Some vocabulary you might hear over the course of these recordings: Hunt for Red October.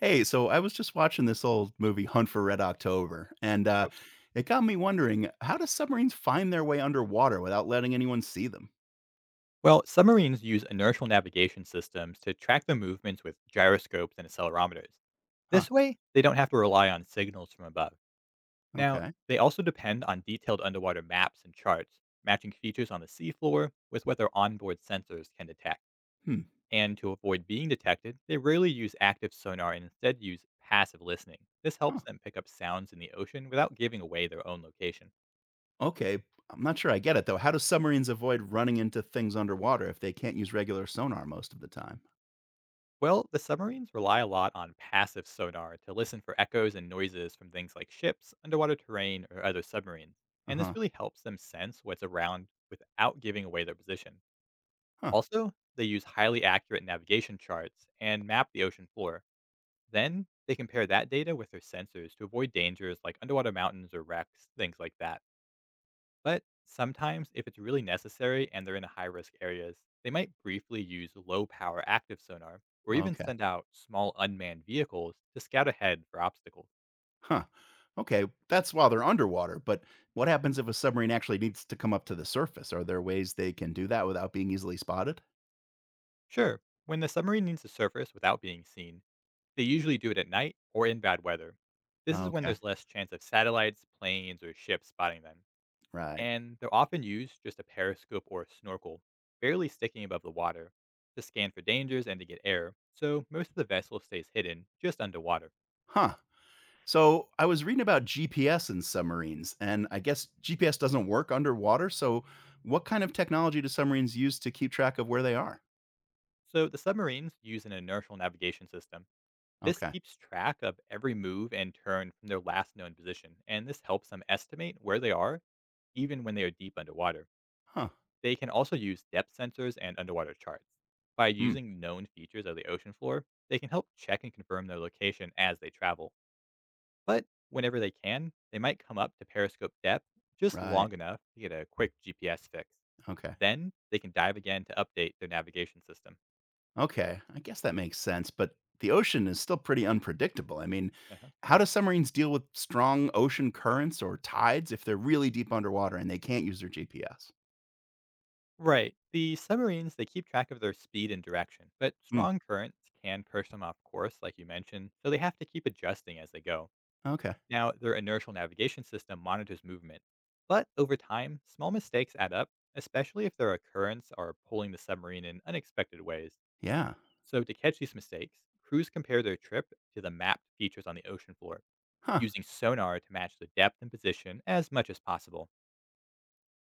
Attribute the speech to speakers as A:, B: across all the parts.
A: Hey, so I was just watching this old movie, Hunt for Red October, and
B: Okay.
A: it got me wondering, how do submarines find their way underwater without letting anyone see them?
B: Well, submarines use inertial navigation systems to track their movements with gyroscopes and accelerometers.
A: Huh.
B: This way, they don't have to rely on signals from above. Now,
A: Okay.
B: they also depend on detailed underwater maps and charts, matching features on the seafloor with what their onboard sensors can detect.
A: Hmm.
B: And to avoid being detected, they rarely use active sonar and instead use passive listening. This
A: Huh.
B: helps them pick up sounds in the ocean without giving away their own location.
A: Okay. I'm not sure I get it, though. How do submarines avoid running into things underwater if they can't use regular sonar most of the time?
B: Well, the submarines rely a lot on passive sonar to listen for echoes and noises from things like ships, underwater terrain, or other submarines.
A: Uh
B: And this
A: huh.
B: really helps them sense what's around without giving away their position.
A: Huh.
B: Also, they use highly accurate navigation charts and map the ocean floor. Then, they compare that data with their sensors to avoid dangers like underwater mountains or wrecks, things like that. But sometimes, if it's really necessary and they're in high risk areas, they might briefly use low power active sonar or even
A: Okay.
B: send out small unmanned vehicles to scout ahead for obstacles.
A: Huh. Okay. That's while they're underwater, but what
B: Um,
A: happens if a submarine actually needs to come up to the surface? Are there ways they can do that without being easily spotted?
B: Sure, when the submarine needs to surface without being seen, they usually do it at night or in bad weather. This is when
A: Okay.
B: there's less chance of satellites, planes, or ships spotting them.
A: Right.
B: And they're often used just a periscope or a snorkel, barely sticking above the water, to scan for dangers and to get air, so most of the vessel stays hidden just underwater.
A: Huh. So I was reading about GPS in submarines, and I guess GPS doesn't work underwater. So, what kind of technology do submarines use to keep track of where they are?
B: So the submarines use an inertial navigation system. This
A: Okay.
B: keeps track of every move and turn from their last known position, and this helps them estimate where they are even when they are deep underwater.
A: Huh.
B: They can also use depth sensors and underwater charts. By
A: Hmm.
B: using known features of the ocean floor, they can help check and confirm their location as they travel. But whenever they can, they might come up to periscope depth just
A: Right.
B: long enough to get a quick GPS fix.
A: Okay.
B: Then they can dive again to update their navigation system.
A: Okay. I guess that makes sense. But the ocean is still pretty unpredictable. I mean, how do submarines deal with strong ocean currents or tides if they're really deep underwater and they can't use their GPS?
B: Right. The submarines, they keep track of their speed and direction, but
A: Hmm.
B: strong currents can push them off course, like you mentioned, so they have to keep adjusting as they go.
A: Okay.
B: Now, their inertial navigation system monitors movement. But over time, small mistakes add up, especially if their currents are pulling the submarine in unexpected ways.
A: Yeah.
B: So, to catch these mistakes, crews compare their trip to the mapped features on the ocean floor,
A: Huh.
B: using sonar to match the depth and position as much as possible.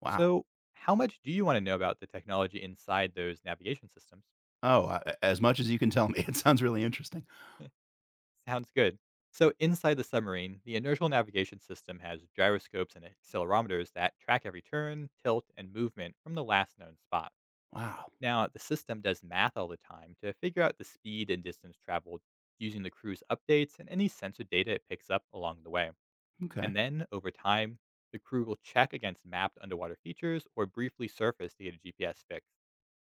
A: Wow.
B: So, how much do you want to know about the technology inside those navigation systems?
A: Oh, as much as you can tell me, it sounds really interesting.
B: Sounds good. So, inside the submarine, the inertial navigation system has gyroscopes and accelerometers that track every turn, tilt, and movement from the last known spot.
A: Wow.
B: Now, the system does math all the time to figure out the speed and distance traveled using the crew's updates and any sensor data it picks up along the way.
A: Okay.
B: And then, over time, the crew will check against mapped underwater features or briefly surface to get a GPS fix,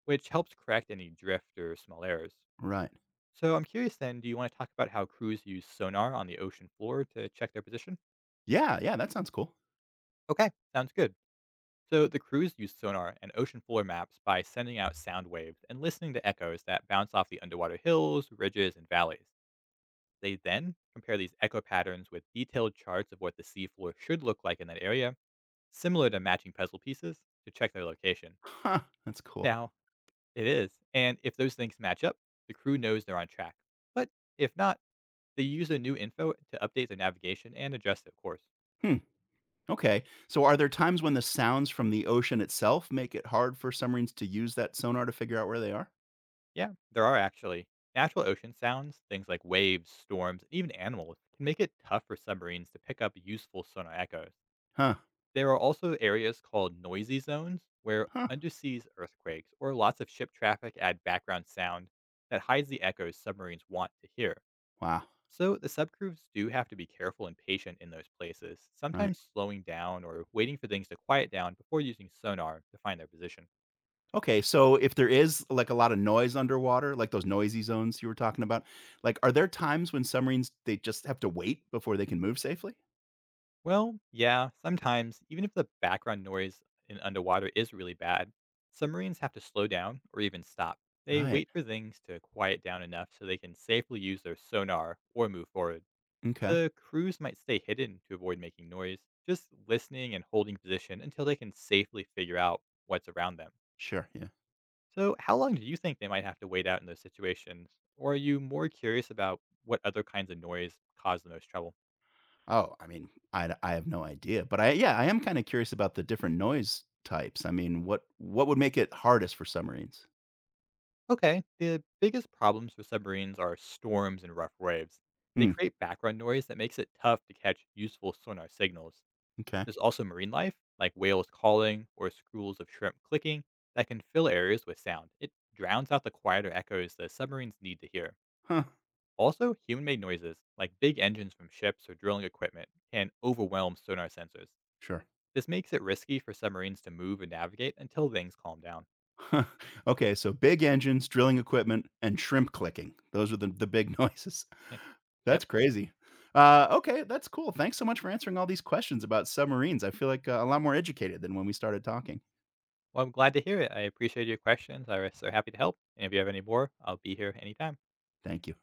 B: which helps correct any drift or small errors.
A: Right.
B: So I'm curious then, do you want to talk about how crews use sonar on the ocean floor to check their position?
A: Yeah, yeah, that sounds cool.
B: Okay, sounds good. So the crews use sonar and ocean floor maps by sending out sound waves and listening to echoes that bounce off the underwater hills, ridges, and valleys. They then compare these echo patterns with detailed charts of what the seafloor should look like in that area, similar to matching puzzle pieces, to check their location.
A: Huh, that's cool.
B: Now, it is, and if those things match up, the crew knows they're on track. But if not, they use the new info to update their navigation and adjust their course.
A: Hmm, okay. So are there times when the sounds from the ocean itself make it hard for submarines to use that sonar to figure out where they are?
B: Yeah, there are actually. Natural ocean sounds, things like waves, storms, and even animals, can make it tough for submarines to pick up useful sonar echoes.
A: Huh.
B: There are also areas called noisy zones, where
A: Huh.
B: undersea earthquakes or lots of ship traffic add background sound that hides the echoes submarines want to hear.
A: Wow.
B: So the subcrews do have to be careful and patient in those places,
A: Right.
B: sometimes slowing down or waiting for things to quiet down before using sonar to find their position.
A: Okay, so if there is, like, a lot of noise underwater, like those noisy zones you were talking about, like, are there times when submarines, they just have to wait before they can move safely?
B: Well, yeah, sometimes, even if the background noise in underwater is really bad, submarines have to slow down or even stop. They
A: Right.
B: wait for things to quiet down enough so they can safely use their sonar or move forward.
A: Okay.
B: The crews might stay hidden to avoid making noise, just listening and holding position until they can safely figure out what's around them.
A: Sure. Yeah.
B: So, how long do you think they might have to wait out in those situations? Or are you more curious about what other kinds of noise cause the most trouble?
A: Oh, I mean, I have no idea, but I yeah, I am kinda curious about the different noise types. I mean, what would make it hardest for submarines?
B: Okay, the biggest problems for submarines are storms and rough waves. They
A: Mm,
B: create background noise that makes it tough to catch useful sonar signals.
A: m'kay.
B: There's also marine life, like whales calling or schools of shrimp clicking, that can fill areas with sound. It drowns out the quieter echoes the submarines need to hear.
A: Huh,
B: Also, human made noises, like big engines from ships or drilling equipment, can overwhelm sonar sensors.
A: sure.
B: This makes it risky for submarines to move and navigate until things calm down.
A: Huh, okay, so big engines, drilling equipment, and shrimp clicking. Those are the big noises.
B: Yep.
A: That's crazy. Okay, that's cool. Thanks so much for answering all these questions about submarines. I feel like, a lot more educated than when we started talking.
B: Well, I'm glad to hear it. I appreciate your questions. I was so happy to help. And if you have any more, I'll be here anytime.
A: Thank you.